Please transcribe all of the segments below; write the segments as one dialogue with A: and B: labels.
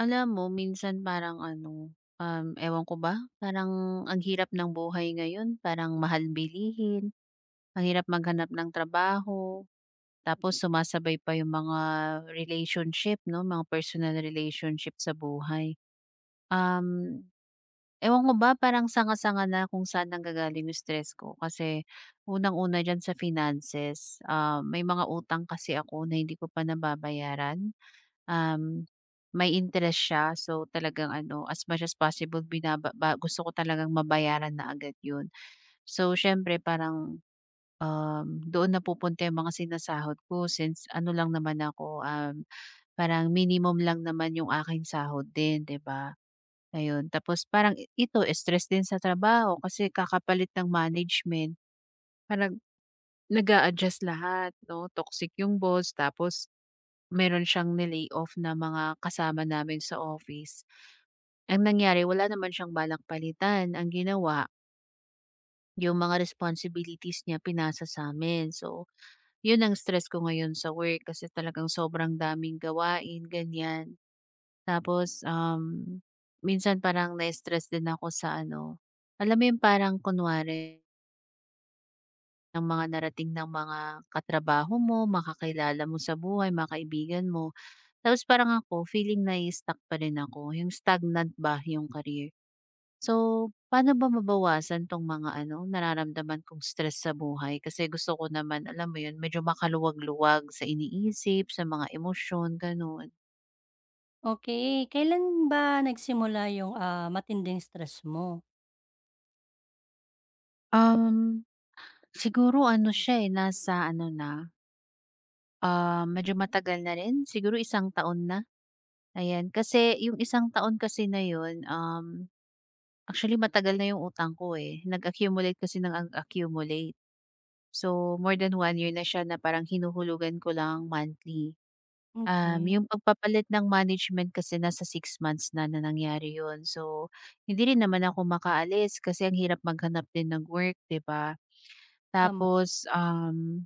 A: Alam mo minsan parang ano, ewan ko ba, parang ang hirap ng buhay ngayon, parang mahal bilihin, ang hirap maghanap ng trabaho, tapos sumasabay pa yung mga relationship 'no, mga personal relationship sa buhay. Um, Ewan ko ba parang sanga-sanga na kung saan nanggagaling yung stress ko kasi unang-una diyan sa finances, may mga utang kasi ako na hindi ko pa nababayaran. Um, May interest siya so talagang ano, as much as possible binaba ba gusto ko talagang mabayaran na agad 'yun. So siyempre parang, doon napupunta 'yung mga sinasahod ko since ano lang naman ako, parang minimum lang naman 'yung aking sahod din, 'di ba? Ayun, tapos parang ito stress din sa trabaho kasi kakapalit ng management, parang nag adjust lahat 'no, toxic 'yung boss. Tapos meron siyang ni off na mga kasama namin sa office. Ang nangyari wala naman siyang balak palitan, ang ginawa yung mga responsibilities niya pinasa sa'min. So, yun ang stress ko ngayon sa work kasi talagang sobrang daming gawain, ganyan. Tapos, minsan parang na-stress din ako sa ano, alam mo yung parang kunwari ng mga narating ng mga katrabaho mo, makakilala mo sa buhay, mga kaibigan mo. Tapos parang ako feeling na stuck pa rin ako, yung stagnant ba yung career. So, paano ba mabawasan 'tong mga ano, nararamdaman kong stress sa buhay? Kasi gusto ko naman, alam mo yun, medyo makaluwag-luwag sa iniisip, sa mga emosyon, gano'n.
B: Okay. Kailan ba nagsimula yung, matinding stress mo?
A: Um, Siguro ano siya, eh, nasa ano na, medyo matagal na rin, siguro 1 taon na, ayan. Kasi yung 1 taon kasi na yun, actually matagal na yung utang ko, eh, nag-accumulate kasi ng nag-accumulate. So, more than 1 year na siya na parang hinuhulugan ko lang monthly.
B: Okay.
A: Yung pagpapalit ng management kasi nasa 6 months na na nangyari yun. So, hindi rin naman ako makaalis kasi ang hirap maghanap din ng work, 'di ba?
B: Tama.
A: Tapos,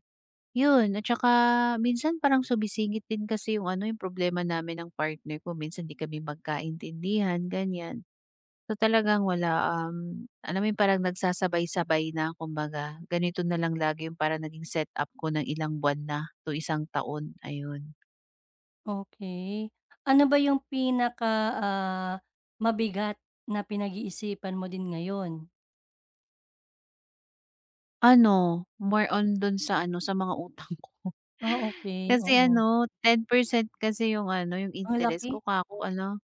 A: yun at saka minsan parang sumisingit din kasi yung ano, yung problema namin ng partner ko. Minsan 'di kami magkaintindihan, ganyan. So, talagang wala, alam mo 'yun parang nagsasabay-sabay na kumbaga, ganito na lang lagi 'yung parang naging setup ko ng ilang buwan na to 1 taon, ayun.
B: Okey. Ano ba yung pinaka, ah, mabigat na pinag-iisipan mo din ngayon?
A: Ano, more on dun sa ano, sa mga utang ko.
B: Ah, okay,
A: Kasi
B: oo.
A: ano, 10% kasi 'yung ano, 'yung
B: Ang
A: interest
B: laki,
A: ko kako ano,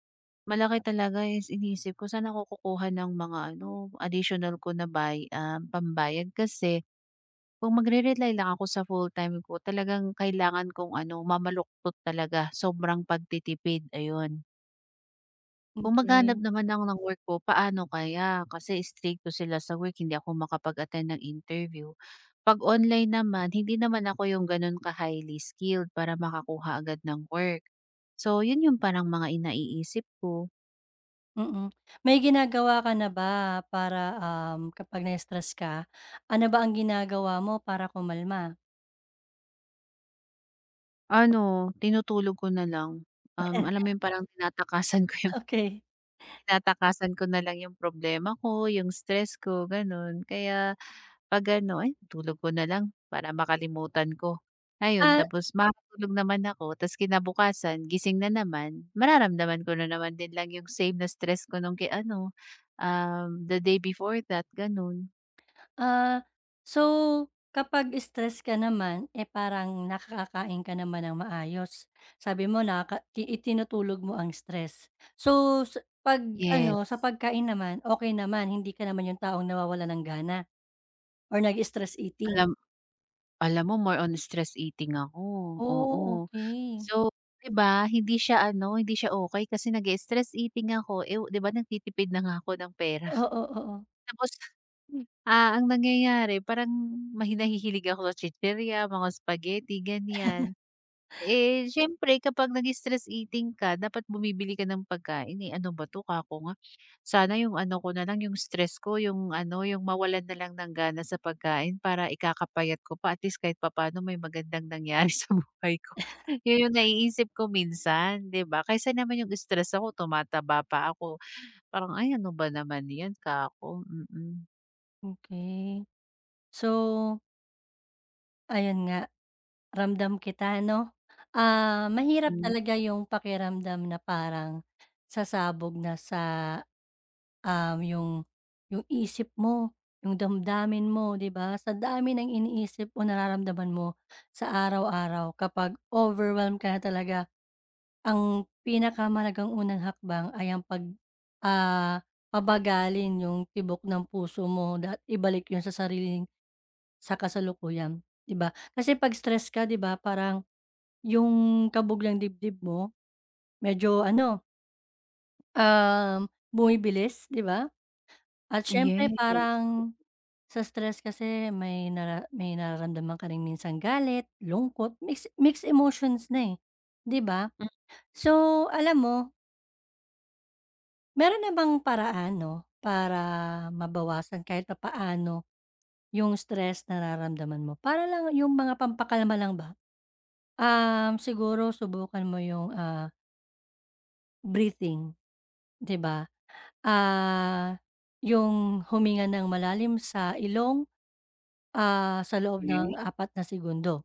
A: malaki talaga is iniisip ko saan ako kukuha ng mga ano, additional ko na pambayad kasi kung magre-rely lang ako sa full-time ko talagang kailangan kong ano, mamaluktot talaga, sobrang pagtitipid, ayun. Kung maghahanap
B: okey,
A: naman ako ng work ko, paano kaya? Kasi strikto sila sa work, hindi ako makapag-attend ng interview. 'Pag online naman, hindi naman ako yung gano'n ka-highly skilled para makakuha agad ng work. So, yun yung parang mga iniisip ko.
B: mm. May ginagawa ka na ba para, kapag na-stress ka? Ano ba ang ginagawa mo para kumalma?
A: Ano, tinutulog ko na lang, alam mo yun parang tinatakasan ko.
B: Okay.
A: Tinatakasan ko na lang yung problema ko, yung stress ko, gano'n. Kaya 'pag ano, ay tulog ko na lang para makalimutan ko. Ayun, tapos makakatulog naman ako ta's kinabukasan gising na naman, mararamdaman ko na naman din lang yung same na stress ko nung ano, the day before that, gano'n.
B: Ah, so kapag stress ka naman, eh, parang nakakakain ka naman ng maayos. Sabi mo nakaka ti itinutulog mo ang stress. So, sa 'pag sa
A: Yes.
B: pagkain naman, okey naman, hindi ka naman yung taong nawawalan ng gana or nag-stress eating?
A: Alam alam mo more on stress eating ako,
B: Oh,
A: oo.
B: okey.
A: So, 'di ba, hindi siya ano, hindi siya okay kasi nag stress eating ako, eh, 'di ba nagtitipid na nga ako ng pera.
B: Oo, oo,
A: Tapos, ang nangyayari parang nahihilig ako sa chichirya, mga spaghetti, ganiyan. Eh, siyempre kapag nag-stress eating ka dapat bumibili ka ng pagkain, eh, ano ba 'to, kako nga. Sana yung ano ko na lang, yung stress ko, yung ano, yung mawalan na lang ng gana sa pagkain para ikakapayat ko pa at least kahit papaano may magandang nangyari sa buhay ko. Yun yung naiisip ko minsan, 'di ba? Kaysa naman yung stress ako tumataba pa ako. Parang, "Ay ano ba naman 'yan kako," mm.
B: okey. So, ayun nga, ramdam kita 'no. Ah, mahirap
A: Hmm,
B: talaga yung pakiramdam na parang sasabog na sa um, yung yung isip mo, yung damdamin mo, 'di ba? Sa dami ng iniisip o nararamdaman mo sa araw-araw kapag overwhelmed ka na talaga, ang pinakamalagang unang hakbang ay ang ah, pabagalin yung tibok ng puso mo at ibalik yun sa sarili sa kasalukuyan, 'di ba? Kasi pag stress ka, 'di ba, parang yung kabog dibdib mo medyo ano, um, bumibilis, 'di ba? At siyempre
A: yes,
B: parang sa stress kasi may nararamdaman ka rin minsan galit, lungkot, mixed emotions na, eh, 'di ba? So, alam mo, meron na bang paraan 'no, para mabawasan kahit papaano yung stress na nararamdaman mo? Para lang yung mga pampakalma lang ba? Siguro subukan mo yung, breathing, 'di ba? Ah, yung huminga ng malalim sa ilong, sa loob ng
A: okey,
B: 4 segundo.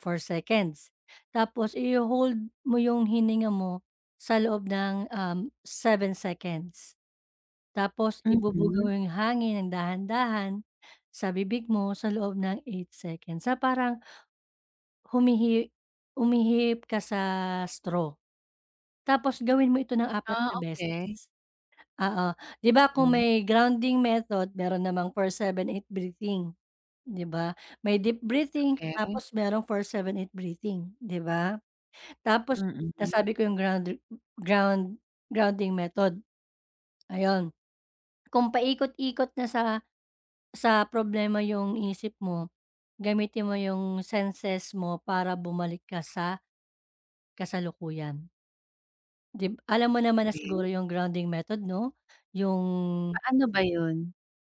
B: 4 seconds. Tapos iho-hold mo yung hininga mo sa loob ng, 7 seconds. Tapos ibubuga
A: mhm.
B: mo yung hangin ng dahan-dahan sa bibig mo sa loob ng 8 seconds. Sa parang humihi umihip ka sa straw. Tapos gawin mo ito ng apat
A: Ah,
B: na
A: okey.
B: beses. Oo, 'di ba kung
A: Hmm,
B: may grounding method meron namang 4-7-8 breathing, 'di ba? May deep breathing
A: okey.
B: tapos merong 4-7-8 breathing, 'di ba? Tapos
A: Mm.
B: nasabi ko yung ground ground grounding method, ayun. Kung paikot-ikot na sa problema yung isip mo, gamitin mo yung senses mo para bumalik ka sa kasalukuyan. 'Di alam mo naman na
A: Okey.
B: siguro yung grounding method 'no? Yung
A: Paano ba 'yun?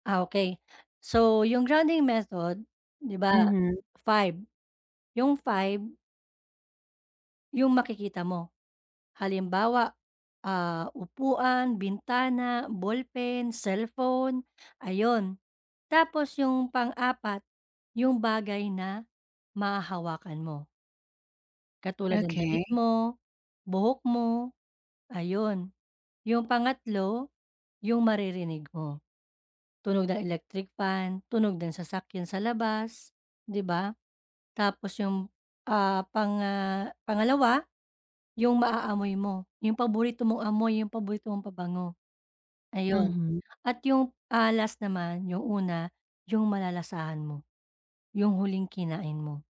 B: Okey. So, yung grounding method, 'di ba,
A: Mhm,
B: five five yung makikita mo. Halimbawa, upuan, bintana, ballpen, cellphone, ayon. Tapos yung pang-apat, yung bagay na mahahawakan mo, katulad ng damit
A: okey,
B: mo, buhok mo, ayon. Yung pangatlo, yung maririnig mo, tunog ng electric fan, tunog ng sasakyan sa labas, 'di ba? Tapos yung, pangalawa, yung maaamoy mo, yung paborito mong amoy, yung paborito mong pabango. Ayun.
A: mhm,
B: At yung, last naman, yung una, yung malalasahan mo, yung huling kinain mo,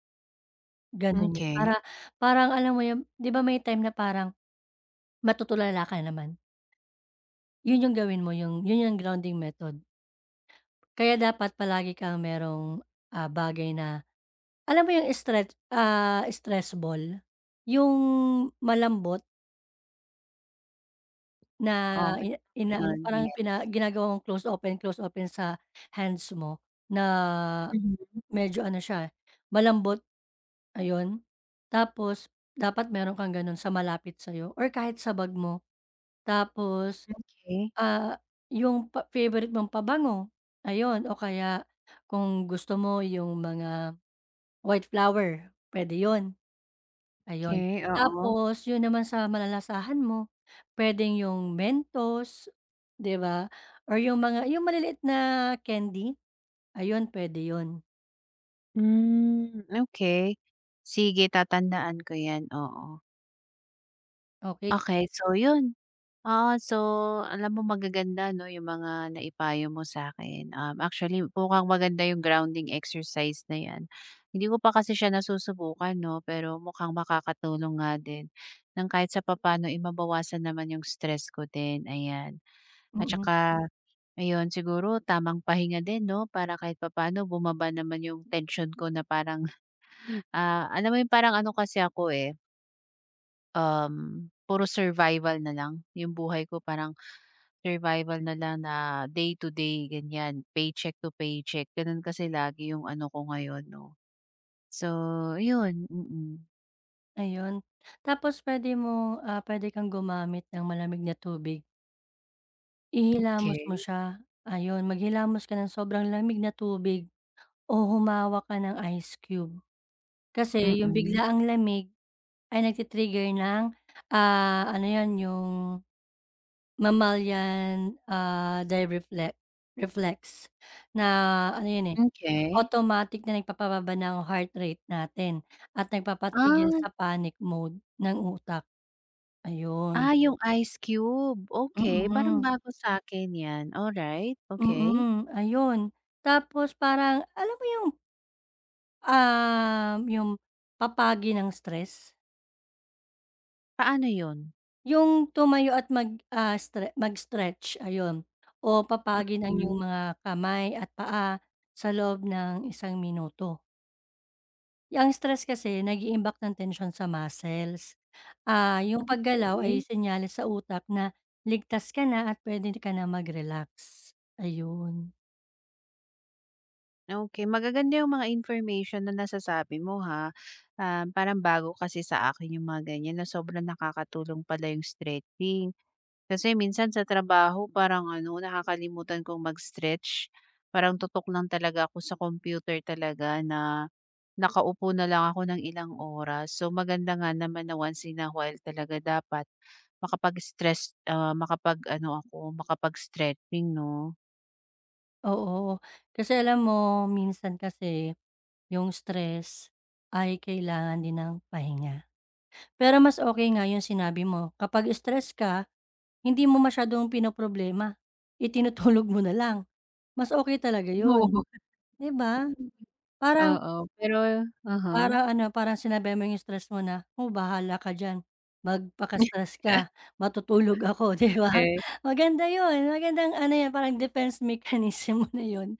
B: gano'n yun. Para
A: okey.
B: parang alam mo yun, 'di ba may time na parang matutulala ka naman, yun yung gawin mo, yun yung grounding method. Kaya dapat palagi kang merong, bagay na alam mo yung stress ball? Yung malambot na
A: Oo, meron ako
B: inaano,
A: nun,
B: parang
A: yes.
B: ginagawa mong close open sa hands mo na
A: Mhm,
B: medyo ano siya, malambot, ayun. Tapos dapat meron kang gano'n sa malapit sa'yo or kahit sa bag mo. Tapos,
A: okey,
B: ah, yung favorite mong pabango, ayun, o kaya kung gusto mo yung mga white flower, puwede yon, ayun.
A: okey, oo.
B: Tapos yun naman sa malalasahan mo, puwedeng yung Mentos, 'di ba, or yung mga maliliit na candy, ayun, puwede yon.
A: Hmm, okey. Sige tatandaan ko 'yan, oo.
B: Okay.
A: Okey, so 'yun. Ah, so alam mo magaganda 'no, yung mga naipayo mo sa akin. Actually mukhang maganda yung grounding exercise na 'yan. Hindi ko pa kasi siya nasusubukan 'no, pero mukhang makakatulong nga din ng kahit sa papaano, imabawasan naman yung stress ko din, ayan. At saka ayun, siguro tamang pahinga din 'no, para kahit papaano bumaba naman yung tension ko na parang, alam mo yung parang ano kasi ako, eh, puro survival na lang yung buhay ko. Parang survival na lang na day to day ganyan, paycheck to paycheck ganun kasi lagi yung ano ko ngayon 'no. So yun, mm.
B: Ayun. Tapos puwede kang gumamit ng malamig na tubig. Ihilamos mo
A: Okey.
B: siya, ayun. Maghilamos ka ng sobrang lamig na tubig o humawak ka ng ice cube. Kasi yung
A: Mm,
B: biglaang lamig ay nagti-trigger ng, ano 'yun, yung mammalian, dive reflex reflex na ano 'yun, eh,
A: okay.
B: automatic na nagpapababa ng heart rate natin at nagpapatigil
A: Ah,
B: sa panic mode ng utak, ayun.
A: ah, yung ice cube, okay parang
B: Mm,
A: bago sa akin yan, alright, okay.
B: mm, ayun. Tapos parang alam mo yung papagi ng stress?
A: Paano yun?
B: Yung tumayo at mag, ah, stre mag-stretch, ayun. O papagi ng iyong
A: Hmm,
B: mga kamay at paa sa loob ng 1 minuto. Ang stress kasi nag-iimbak ng tensyon sa muscles. Ah, yung paggalaw
A: okay.
B: ay senyales sa utak na ligtas ka na at puwede ka na mag-relax, ayun.
A: Okay, magaganda yung mga information na nasasabi mo ha. Ah, parang bago kasi sa akin yung mga ganyan na sobrang nakakatulong pala yung stretching. Kasi minsan sa trabaho parang ano, nakakalimutan kong mag-stretch. Parang tutok lang talaga ako sa computer talaga na nakaupo na lang ako ng ilang oras. So maganda nga naman na once in a while talaga dapat makapag-stress, makapag ano ako, makapag-stretching 'no?
B: Oo, kasi alam mo minsan kasi yung stress ay kailangan din ng pahinga. Pero mas okay nga yung sinabi mo, kapag stress ka hindi mo masyadong pinoproblema, itinutulog mo na lang. Mas okay talaga yun,
A: Oo.
B: 'di ba? Parang
A: Oo, pero uh-huh.
B: parang sinabi mo yung stress mo na, "Oh, bahala ka diyan, magpaka-stress ka, matutulog ako." 'Di ba?
A: Okey.
B: Maganda yun, magandang ano yun, parang defense mechanism mo na yun.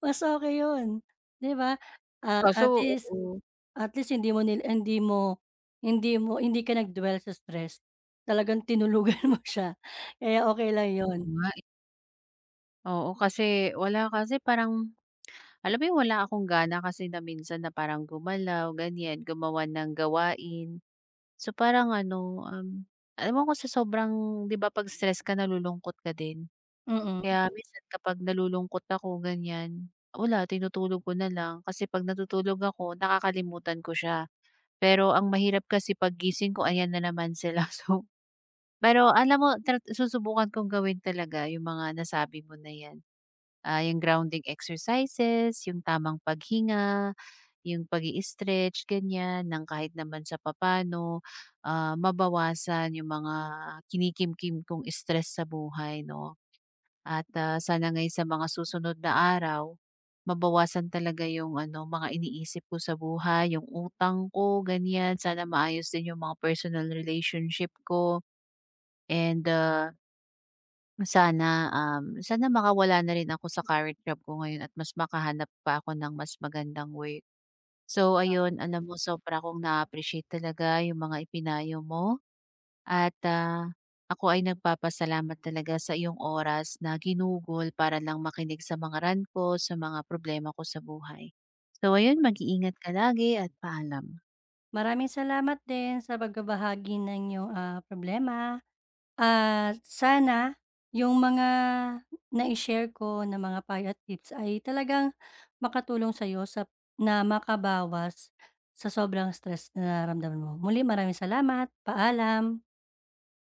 B: Mas okey yun, 'di ba? Ah,
A: Kaso
B: at least
A: oo.
B: at least hindi mo nil hindi mo hindi mo hindi ka nag-dwell sa stress, talagang tinulugan mo siya, kaya okey lang yun.
A: Oo nga eh. Oo kasi wala kasi parang alam mo 'yung wala akong gana kasi na minsan na parang gumalaw, ganiyan, gumawa ng gawain. So, parang ano, alam mo ko sa sobrang 'di ba 'pag stress ka nalulungkot ka din?
B: Mm.
A: Kaya minsan kapag nalulungkot ako, ganiyan, wala tinutulog ko na lang kasi 'pag natutulog ako nakakalimutan ko siya. Pero ang mahirap kasi paggising ko ayan na naman sila. So, pero alam mo susubukan kong gawin talaga 'yung mga nasabi mo na 'yan. Ah, 'yung grounding exercises, 'yung tamang paghinga. Yung pag stretch ganyan, ng kahit naman sa papaano, mabawasan yung mga kinikimkim kong stress sa buhay 'no. At, sana nga'y sa mga susunod na araw, mabawasan talaga yung ano, mga iniisip ko sa buhay, yung utang ko ganyan. Sana maayos din yung mga personal relationship ko and, sana makawala na rin ako sa current job ko ngayon at mas makahanap pa ako ng mas magandang work. So ayun, alam mo sobra akong na-appreciate talaga yung mga ipinayo mo at, ako ay nagpapasalamat talaga sa iyong oras na ginugol para lang makinig sa mga rant ko, sa mga problema ko sa buhay. So ayun, mag-iingat ka lagi at paalam.
B: Maraming salamat din sa pagbabahagi ng iyong, problema, at sana yung mga nai-share ko na mga payo at tips ay talagang makatulong sa'yo na makabawas sa sobrang stress na nararamdaman mo. Muli, maraming salamat, paalam.